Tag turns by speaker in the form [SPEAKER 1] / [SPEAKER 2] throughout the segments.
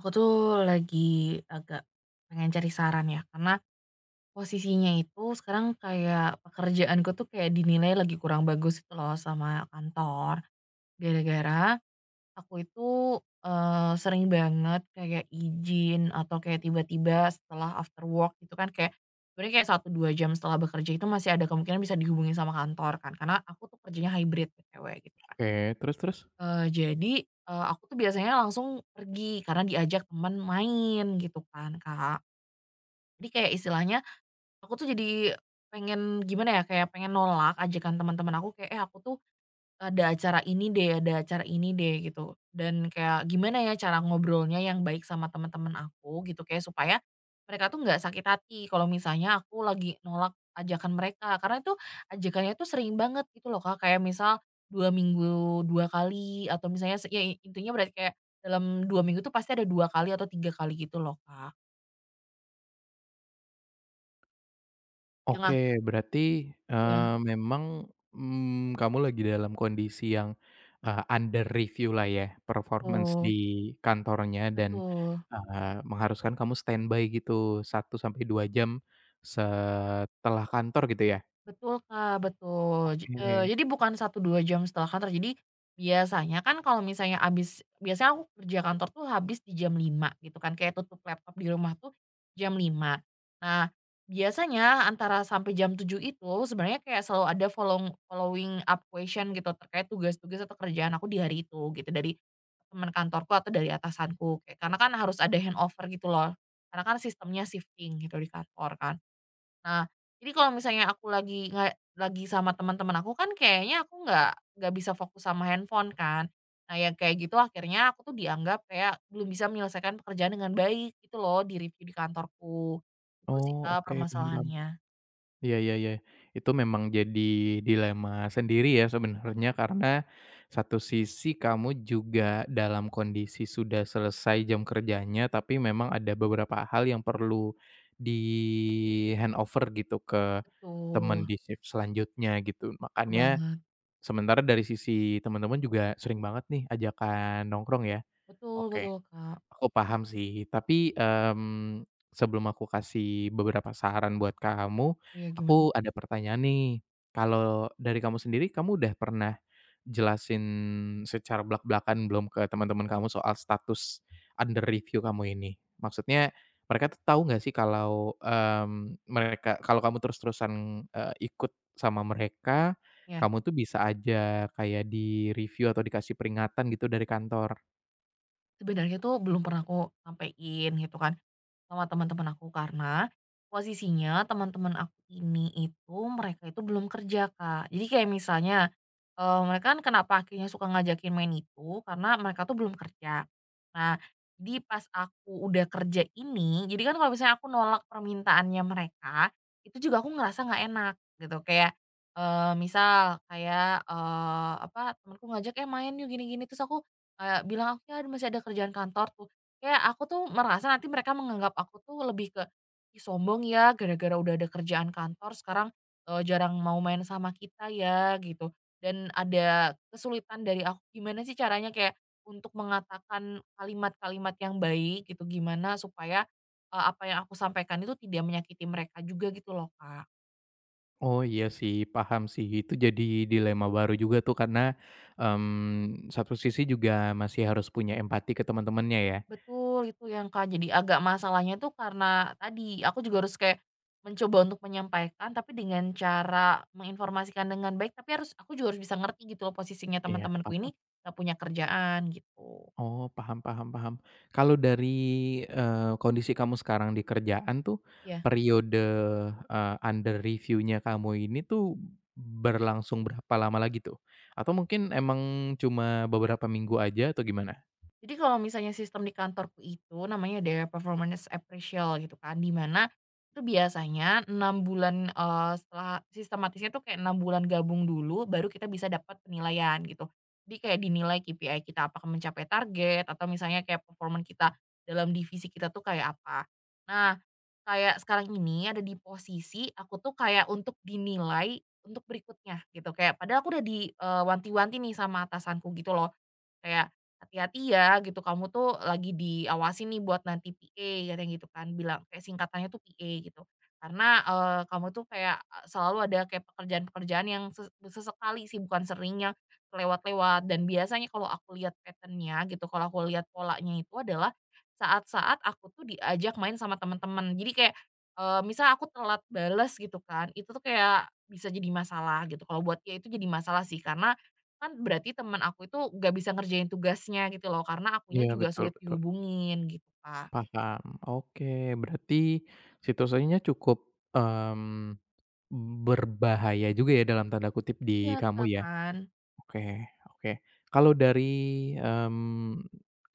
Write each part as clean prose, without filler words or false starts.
[SPEAKER 1] Aku tuh lagi agak pengen cari saran ya, karena posisinya itu sekarang kayak pekerjaanku tuh kayak dinilai lagi kurang bagus itu loh sama kantor. Gara-gara aku itu sering banget kayak izin atau kayak tiba-tiba setelah after work gitu kan kayak sebenarnya kayak 1-2 jam setelah bekerja itu masih ada kemungkinan bisa dihubungi sama kantor kan karena aku tuh kerjanya hybrid cewek gitu kan.
[SPEAKER 2] Oke, terus terus?
[SPEAKER 1] Jadi, aku tuh biasanya langsung pergi karena diajak temen main gitu kan, Kak. Jadi kayak istilahnya aku tuh jadi pengen gimana ya, kayak pengen nolak ajakan teman-teman aku kayak, "Eh, aku tuh ada acara ini deh, ada acara ini deh," gitu. Dan kayak gimana ya cara ngobrolnya yang baik sama teman-teman aku gitu, kayak supaya mereka tuh nggak sakit hati kalau misalnya aku lagi nolak ajakan mereka, karena itu ajakannya tuh sering banget gitu loh Kak, kayak misal, 2 minggu 2 kali, atau misalnya intinya berarti kayak dalam 2 minggu tuh pasti ada 2 kali atau 3 kali gitu loh Kak, yang
[SPEAKER 2] Oke,
[SPEAKER 1] ak
[SPEAKER 2] berarti,
[SPEAKER 1] ya
[SPEAKER 2] eee, memang, kamu lagi dalam kondisi yang, under review lah ya, performance di
[SPEAKER 1] betul,
[SPEAKER 2] kantornya dan,
[SPEAKER 1] betul.
[SPEAKER 2] mengharuskan kamu standby gitu 1 sampai 2 jam setelah kantor gitu ya?
[SPEAKER 1] Betul, Kak, betul.
[SPEAKER 2] Oke.
[SPEAKER 1] Jadi bukan 1-2 jam setelah kantor. Jadi, biasanya kan kalau misalnya habis, biasanya aku kerja kantor tuh habis di jam 5 gitu kan, kayak tutup laptop di rumah tuh jam 5. Nah, biasanya antara sampai jam 7 itu sebenarnya kayak selalu ada following up question gitu terkait tugas-tugas atau kerjaan aku di hari itu gitu, dari teman kantorku atau dari atasanku, kayak karena kan harus ada handover gitu loh, karena kan sistemnya shifting gitu di kantor kan. Nah, jadi kalau misalnya aku lagi nggak lagi sama teman-teman aku kan kayaknya aku nggak bisa fokus sama handphone kan. Nah, yang kayak gitu akhirnya aku tuh dianggap kayak belum bisa menyelesaikan pekerjaan dengan baik gitu loh di review di kantorku. Itu sih
[SPEAKER 2] Oh,
[SPEAKER 1] Kak
[SPEAKER 2] oke, paham paham.
[SPEAKER 1] permasalahannya.
[SPEAKER 2] Iya iya iya. Itu memang jadi dilema sendiri ya sebenarnya karena satu sisi kamu juga dalam kondisi sudah selesai jam kerjanya, tapi memang ada beberapa hal yang perlu di handover gitu ke teman
[SPEAKER 1] Betul,
[SPEAKER 2] di shift selanjutnya gitu.
[SPEAKER 1] betul
[SPEAKER 2] Makanya
[SPEAKER 1] banget.
[SPEAKER 2] sementara dari sisi teman-teman juga sering banget nih ajakan nongkrong ya.
[SPEAKER 1] Betul
[SPEAKER 2] Oke.
[SPEAKER 1] betul Kak.
[SPEAKER 2] Aku paham sih, tapi, sebelum aku kasih beberapa saran buat kamu,
[SPEAKER 1] Iya gimana?
[SPEAKER 2] aku ada pertanyaan nih. Kalau dari kamu sendiri, kamu udah pernah jelasin secara belakan belum ke teman-teman kamu soal status under review kamu ini? Maksudnya mereka tuh tahu nggak sih kalau, mereka kalau kamu terus-terusan, ikut sama mereka,
[SPEAKER 1] Ya.
[SPEAKER 2] kamu tuh bisa aja kayak di-review atau dikasih peringatan gitu dari kantor?
[SPEAKER 1] Sebenarnya tuh belum pernah aku sampein gitu kan. Sama teman-teman aku, karena posisinya teman-teman aku ini, itu mereka itu belum kerja, Kak. Jadi kayak misalnya, mereka kan kenapa akhirnya suka ngajakin main itu karena mereka tuh belum kerja. Nah, jadi pas aku udah kerja ini, jadi kan kalau misalnya aku nolak permintaannya mereka, itu juga aku ngerasa nggak enak gitu. Kayak, misal kayak, temanku ngajak, "Eh, main yuk, gini gini." Terus aku kayak bilang, "Aku ya masih ada kerjaan kantor." Kayak aku tuh merasa nanti mereka menganggap aku tuh lebih ke, "Ih sombong ya gara-gara udah ada kerjaan kantor sekarang, jarang mau main sama kita ya," gitu. Dan ada kesulitan dari aku gimana sih caranya kayak untuk mengatakan kalimat-kalimat yang baik gitu, gimana supaya apa yang aku sampaikan itu tidak menyakiti mereka juga gitu loh, Kak.
[SPEAKER 2] Oh iya sih, paham sih. Itu jadi dilema baru juga tuh karena, satu sisi juga masih harus punya empati ke teman-temannya ya?
[SPEAKER 1] Betul, itu yang Kak, jadi agak masalahnya tuh karena tadi, aku juga harus kayak mencoba untuk menyampaikan, tapi dengan cara menginformasikan dengan baik, tapi harus aku juga harus bisa ngerti gitu loh posisinya
[SPEAKER 2] Iya,
[SPEAKER 1] teman-temanku
[SPEAKER 2] paham.
[SPEAKER 1] ini nggak punya kerjaan gitu,
[SPEAKER 2] Oh, paham paham paham. Kalau dari, kondisi kamu sekarang di kerjaan tuh,
[SPEAKER 1] ya.
[SPEAKER 2] periode, under review-nya kamu ini tuh berlangsung berapa lama lagi tuh? Atau mungkin emang cuma beberapa minggu aja atau gimana?
[SPEAKER 1] Jadi kalau misalnya sistem di kantorku itu namanya Daya Performance Appraisal gitu kan, di mana itu biasanya 6 bulan, setelah sistematisnya tuh kayak 6 bulan gabung dulu baru kita bisa dapat penilaian gitu. Jadi kayak dinilai KPI kita apakah mencapai target, atau misalnya kayak performan kita dalam divisi kita tuh kayak apa. Nah, kayak sekarang ini ada di posisi aku tuh kayak untuk dinilai untuk berikutnya gitu, kayak padahal aku udah di, wanti-wanti nih sama atasanku gitu loh. Kayak, "Hati-hati ya gitu, kamu tuh lagi diawasi nih buat nanti PA," katanya gitu kan, bilang kayak singkatannya tuh PA gitu. "Karena, kamu tuh kayak, selalu ada kayak pekerjaan-pekerjaan yang sesekali sih, bukan sering yang kelewat-lewat, dan biasanya kalau aku lihat pattern-nya gitu, kalau aku lihat polanya itu adalah saat-saat aku tuh diajak main sama teman-teman. Jadi kayak, misal aku telat bales gitu kan, itu tuh kayak bisa jadi masalah gitu. Kalau buat dia itu jadi masalah sih, karena kan berarti teman aku itu gak bisa ngerjain tugasnya gitu loh, karena akunya
[SPEAKER 2] Iya,
[SPEAKER 1] juga
[SPEAKER 2] betul
[SPEAKER 1] sulit
[SPEAKER 2] betul.
[SPEAKER 1] dihubungin gitu, Kak.
[SPEAKER 2] Paham, oke. Berarti situasinya cukup, mmm, berbahaya juga ya dalam tanda kutip di
[SPEAKER 1] Iya,
[SPEAKER 2] kamu
[SPEAKER 1] Kak,
[SPEAKER 2] ya?
[SPEAKER 1] kan.
[SPEAKER 2] Oke oke. Kalau dari,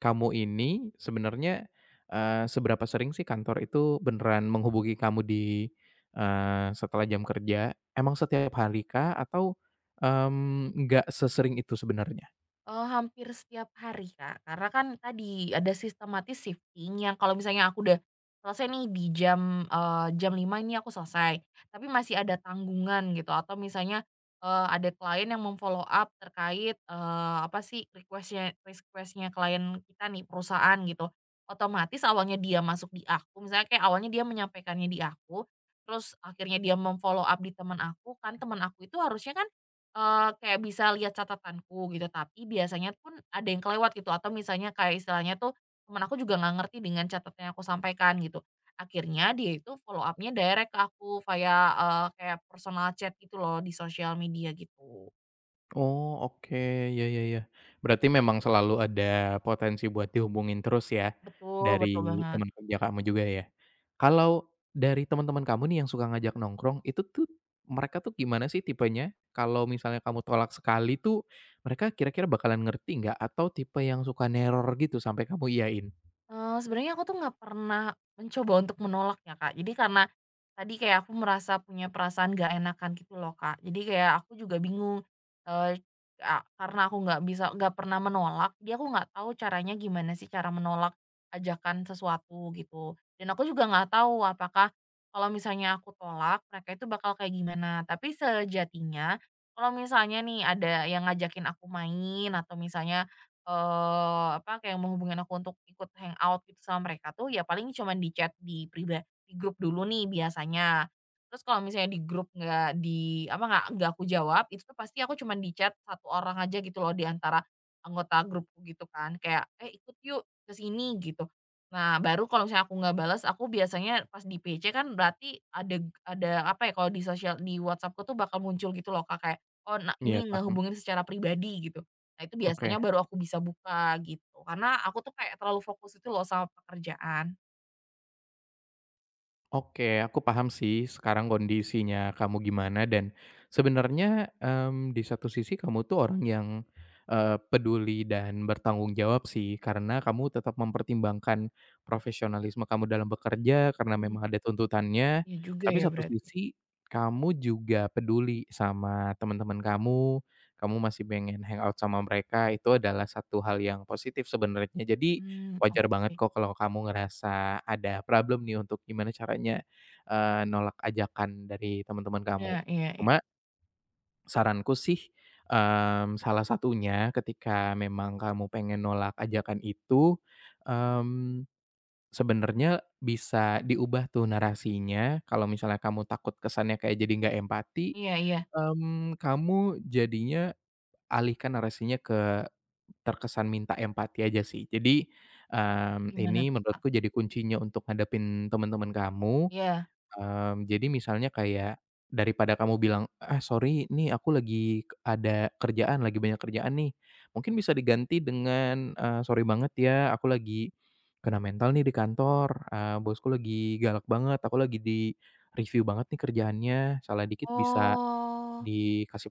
[SPEAKER 2] kamu ini sebenarnya, seberapa sering sih kantor itu beneran menghubungi kamu di, setelah jam kerja? Emang setiap hari kah? Atau, nggak sesering itu sebenarnya?
[SPEAKER 1] Hampir setiap hari, Kak. Karena kan tadi, ada sistematis shifting yang kalau misalnya aku udah selesai nih di jam lima ini aku selesai, tapi masih ada tanggungan gitu, atau misalnya, ada klien yang mem-follow up terkait, apa sih, request-nya klien kita nih, perusahaan gitu. Otomatis awalnya dia masuk di aku, misalnya kayak awalnya dia menyampaikannya di aku, terus akhirnya dia mem-follow up di teman aku, kan teman aku itu harusnya kan kayak bisa lihat catatanku gitu, tapi biasanya pun ada yang kelewat gitu, atau misalnya kayak istilahnya tuh, temen aku juga nggak ngerti dengan catatan yang aku sampaikan gitu. Akhirnya dia itu follow upnya direct ke aku via, kayak personal chat gitu loh di sosial media gitu.
[SPEAKER 2] Oh, oke. Ya ya ya. Berarti memang selalu ada potensi buat dihubungin terus ya,
[SPEAKER 1] Betul betul
[SPEAKER 2] dari
[SPEAKER 1] banget.
[SPEAKER 2] teman kerja kamu juga ya? Kalau dari teman-teman kamu nih yang suka ngajak nongkrong, itu tuh mereka tuh gimana sih tipenya? Kalau misalnya kamu tolak sekali tuh, mereka kira-kira bakalan ngerti nggak? Atau tipe yang suka neror gitu sampai kamu iyain?
[SPEAKER 1] Sebenarnya aku tuh nggak pernah mencoba untuk menolak ya, Kak. Jadi karena tadi kayak aku merasa punya perasaan nggak enakan gitu loh, Kak. Jadi kayak aku juga bingung, eee, a karena aku nggak bisa nggak pernah menolak, jadi aku nggak tahu caranya gimana sih cara menolak ajakan sesuatu gitu. Dan aku juga nggak tahu apakah kalau misalnya aku tolak, mereka itu bakal kayak gimana. Tapi sejatinya kalau misalnya nih ada yang ngajakin aku main atau misalnya kayak menghubungin aku untuk ikut hangout gitu sama mereka tuh, ya paling cuman di chat di pribadi di grup dulu nih biasanya. Terus kalau misalnya di grup nggak di apa, nggak aku jawab, itu tuh pasti aku cuman di chat satu orang aja gitu loh di antara anggota grupku gitu kan, kayak, "Eh, ikut yuk ke sini," gitu. Nah, baru kalau misalnya aku nggak balas aku biasanya pas di PC, kan berarti ada apa ya, kalau di sosial di whatsappku tuh bakal muncul gitu loh Kak, kayak, "Oh, nah
[SPEAKER 2] Iya,
[SPEAKER 1] ini
[SPEAKER 2] paham.
[SPEAKER 1] ngehubungin secara pribadi," gitu. Nah, itu
[SPEAKER 2] Oke.
[SPEAKER 1] biasanya baru aku bisa buka gitu, karena aku tuh kayak terlalu fokus itu loh sama pekerjaan.
[SPEAKER 2] Oke, aku paham sih sekarang kondisinya kamu gimana dan sebenarnya, di satu sisi kamu tuh orang yang, peduli dan bertanggung jawab sih karena kamu tetap mempertimbangkan profesionalisme kamu dalam bekerja karena
[SPEAKER 1] Mmm,
[SPEAKER 2] memang ada tuntutannya,
[SPEAKER 1] iya juga
[SPEAKER 2] tapi
[SPEAKER 1] ya
[SPEAKER 2] satu
[SPEAKER 1] berarti.
[SPEAKER 2] sisi kamu juga peduli sama teman-teman kamu, kamu masih pengen hangout sama mereka itu adalah satu hal yang positif sebenarnya. Jadi
[SPEAKER 1] Mmm,
[SPEAKER 2] wajar banget
[SPEAKER 1] oke.
[SPEAKER 2] kok kalau kamu ngerasa ada problem nih untuk gimana caranya, nolak ajakan dari teman-teman
[SPEAKER 1] Iya
[SPEAKER 2] kamu.
[SPEAKER 1] iya
[SPEAKER 2] Cuma
[SPEAKER 1] iya.
[SPEAKER 2] saranku sih, salah satunya ketika memang kamu pengen nolak ajakan itu, mmm, sebenarnya bisa diubah tuh narasinya, kalau misalnya kamu takut kesannya kayak jadi nggak empati,
[SPEAKER 1] Iya iya.
[SPEAKER 2] kamu jadinya alihkan narasinya ke terkesan minta empati aja sih. Jadi,
[SPEAKER 1] Gimana
[SPEAKER 2] ini
[SPEAKER 1] tuh, Kak?
[SPEAKER 2] menurutku jadi kuncinya untuk ngadepin teman-teman kamu,
[SPEAKER 1] Iya.
[SPEAKER 2] jadi misalnya kayak daripada kamu bilang, "Ah sorry nih aku lagi ada kerjaan, lagi banyak kerjaan nih." Mungkin bisa diganti dengan, "Sorry banget ya aku lagi kena mental nih di kantor, bosku lagi galak banget, aku lagi di-review banget nih kerjaannya, salah dikit bisa"
[SPEAKER 1] Oh,
[SPEAKER 2] dikasih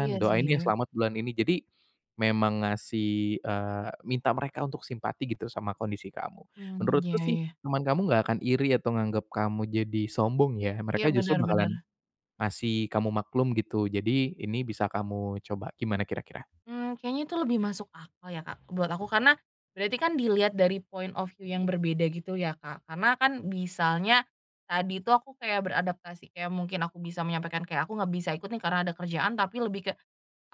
[SPEAKER 1] iya sih
[SPEAKER 2] doain
[SPEAKER 1] ya.
[SPEAKER 2] ya selamat bulan ini. Jadi, memang ngasih, minta mereka untuk simpati gitu sama kondisi kamu.
[SPEAKER 1] Mmm,
[SPEAKER 2] Menurutku
[SPEAKER 1] iya
[SPEAKER 2] sih,
[SPEAKER 1] iya.
[SPEAKER 2] teman kamu nggak akan iri atau nganggep kamu jadi sombong ya,
[SPEAKER 1] Iya,
[SPEAKER 2] mereka justru
[SPEAKER 1] benar-benar.
[SPEAKER 2] bakalan ngasih kamu maklum gitu. Jadi, ini bisa kamu coba. Gimana kira-kira?
[SPEAKER 1] Mmm, kayaknya itu lebih masuk akal ya, Kak, buat aku karena berarti kan dilihat dari point of view yang berbeda gitu ya, Kak. Karena kan misalnya tadi tuh aku kayak beradaptasi, kayak mungkin aku bisa menyampaikan kayak, "Aku nggak bisa ikut nih karena ada kerjaan," tapi lebih ke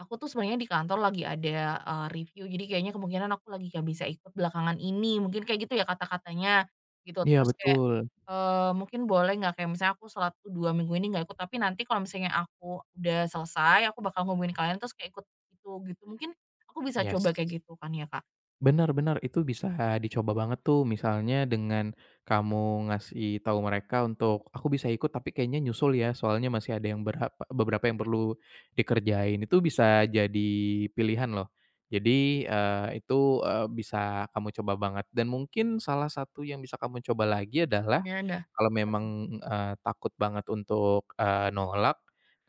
[SPEAKER 1] aku tuh sebenarnya di kantor lagi ada, review, jadi kayaknya kemungkinan aku lagi nggak bisa ikut belakangan ini, mungkin kayak gitu ya kata-katanya, gitu.
[SPEAKER 2] Iya
[SPEAKER 1] Terus kayak,
[SPEAKER 2] betul.
[SPEAKER 1] mungkin boleh nggak kayak misalnya aku 1-2 minggu ini nggak ikut, tapi nanti kalau misalnya aku udah selesai, aku bakal ngubungin kalian terus kayak ikut itu, gitu. Mungkin aku bisa coba
[SPEAKER 2] Yes.
[SPEAKER 1] kayak gitu kan ya, Kak?
[SPEAKER 2] Benar-benar itu bisa dicoba banget tuh misalnya dengan kamu ngasih tahu mereka untuk, "Aku bisa ikut tapi kayaknya nyusul ya, soalnya masih ada yang berapa beberapa yang perlu dikerjain." Itu bisa jadi pilihan loh. Jadi, itu, bisa kamu coba banget dan mungkin salah satu yang bisa kamu coba lagi adalah
[SPEAKER 1] Nah, ada.
[SPEAKER 2] kalau
[SPEAKER 1] Apa
[SPEAKER 2] memang,
[SPEAKER 1] tuh?
[SPEAKER 2] takut banget untuk, nolak,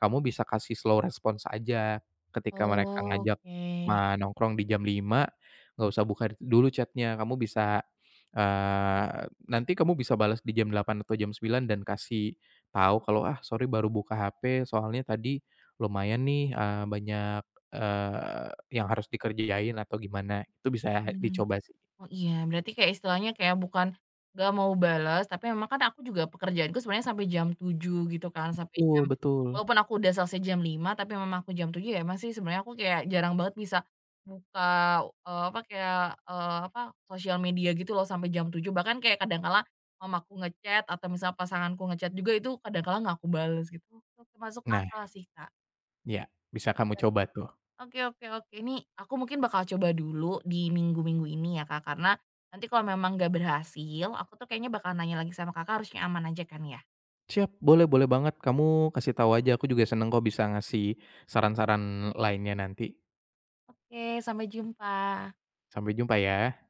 [SPEAKER 2] kamu bisa kasih slow response aja. Ketika mereka ngajak
[SPEAKER 1] Oke.
[SPEAKER 2] nongkrong di jam 5, nggak usah buka dulu chat-nya, kamu bisa, nanti kamu bisa balas di jam 8 atau jam 9 dan kasih tahu kalau, "Ah, sorry baru buka HP, soalnya tadi lumayan nih, banyak, eee, yang harus dikerjain," atau gimana. Itu bisa
[SPEAKER 1] Mmm.
[SPEAKER 2] dicoba sih.
[SPEAKER 1] Oh iya, berarti kayak istilahnya kayak bukan gak mau balas, tapi memang kan aku juga pekerjaanku sebenarnya sampai jam 7 gitu kan, sampai jam
[SPEAKER 2] Betul betul.
[SPEAKER 1] walaupun aku udah selesai jam 5 tapi memang aku jam 7 ya masih sebenarnya, aku kayak jarang banget bisa buka, apa, kayak, apa, sosial media gitu loh sampai jam 7, bahkan kayak kadang kala mamaku ngechat atau misal pasanganku ngechat juga itu kadang kala nggak aku balas gitu. Itu masuk
[SPEAKER 2] Nah,
[SPEAKER 1] akal sih, Kak.
[SPEAKER 2] iya, bisa kamu coba tuh.
[SPEAKER 1] Oke oke oke. Ini aku mungkin bakal coba dulu di minggu-minggu ini ya Kak, karena nanti kalau memang gak berhasil, aku tuh kayaknya bakal nanya lagi sama Kakak, harusnya aman aja kan ya?
[SPEAKER 2] Siap, boleh boleh banget. Kamu kasih tahu aja, aku juga seneng kok bisa ngasih saran-saran lainnya nanti.
[SPEAKER 1] Oke, sampai jumpa.
[SPEAKER 2] Sampai jumpa ya.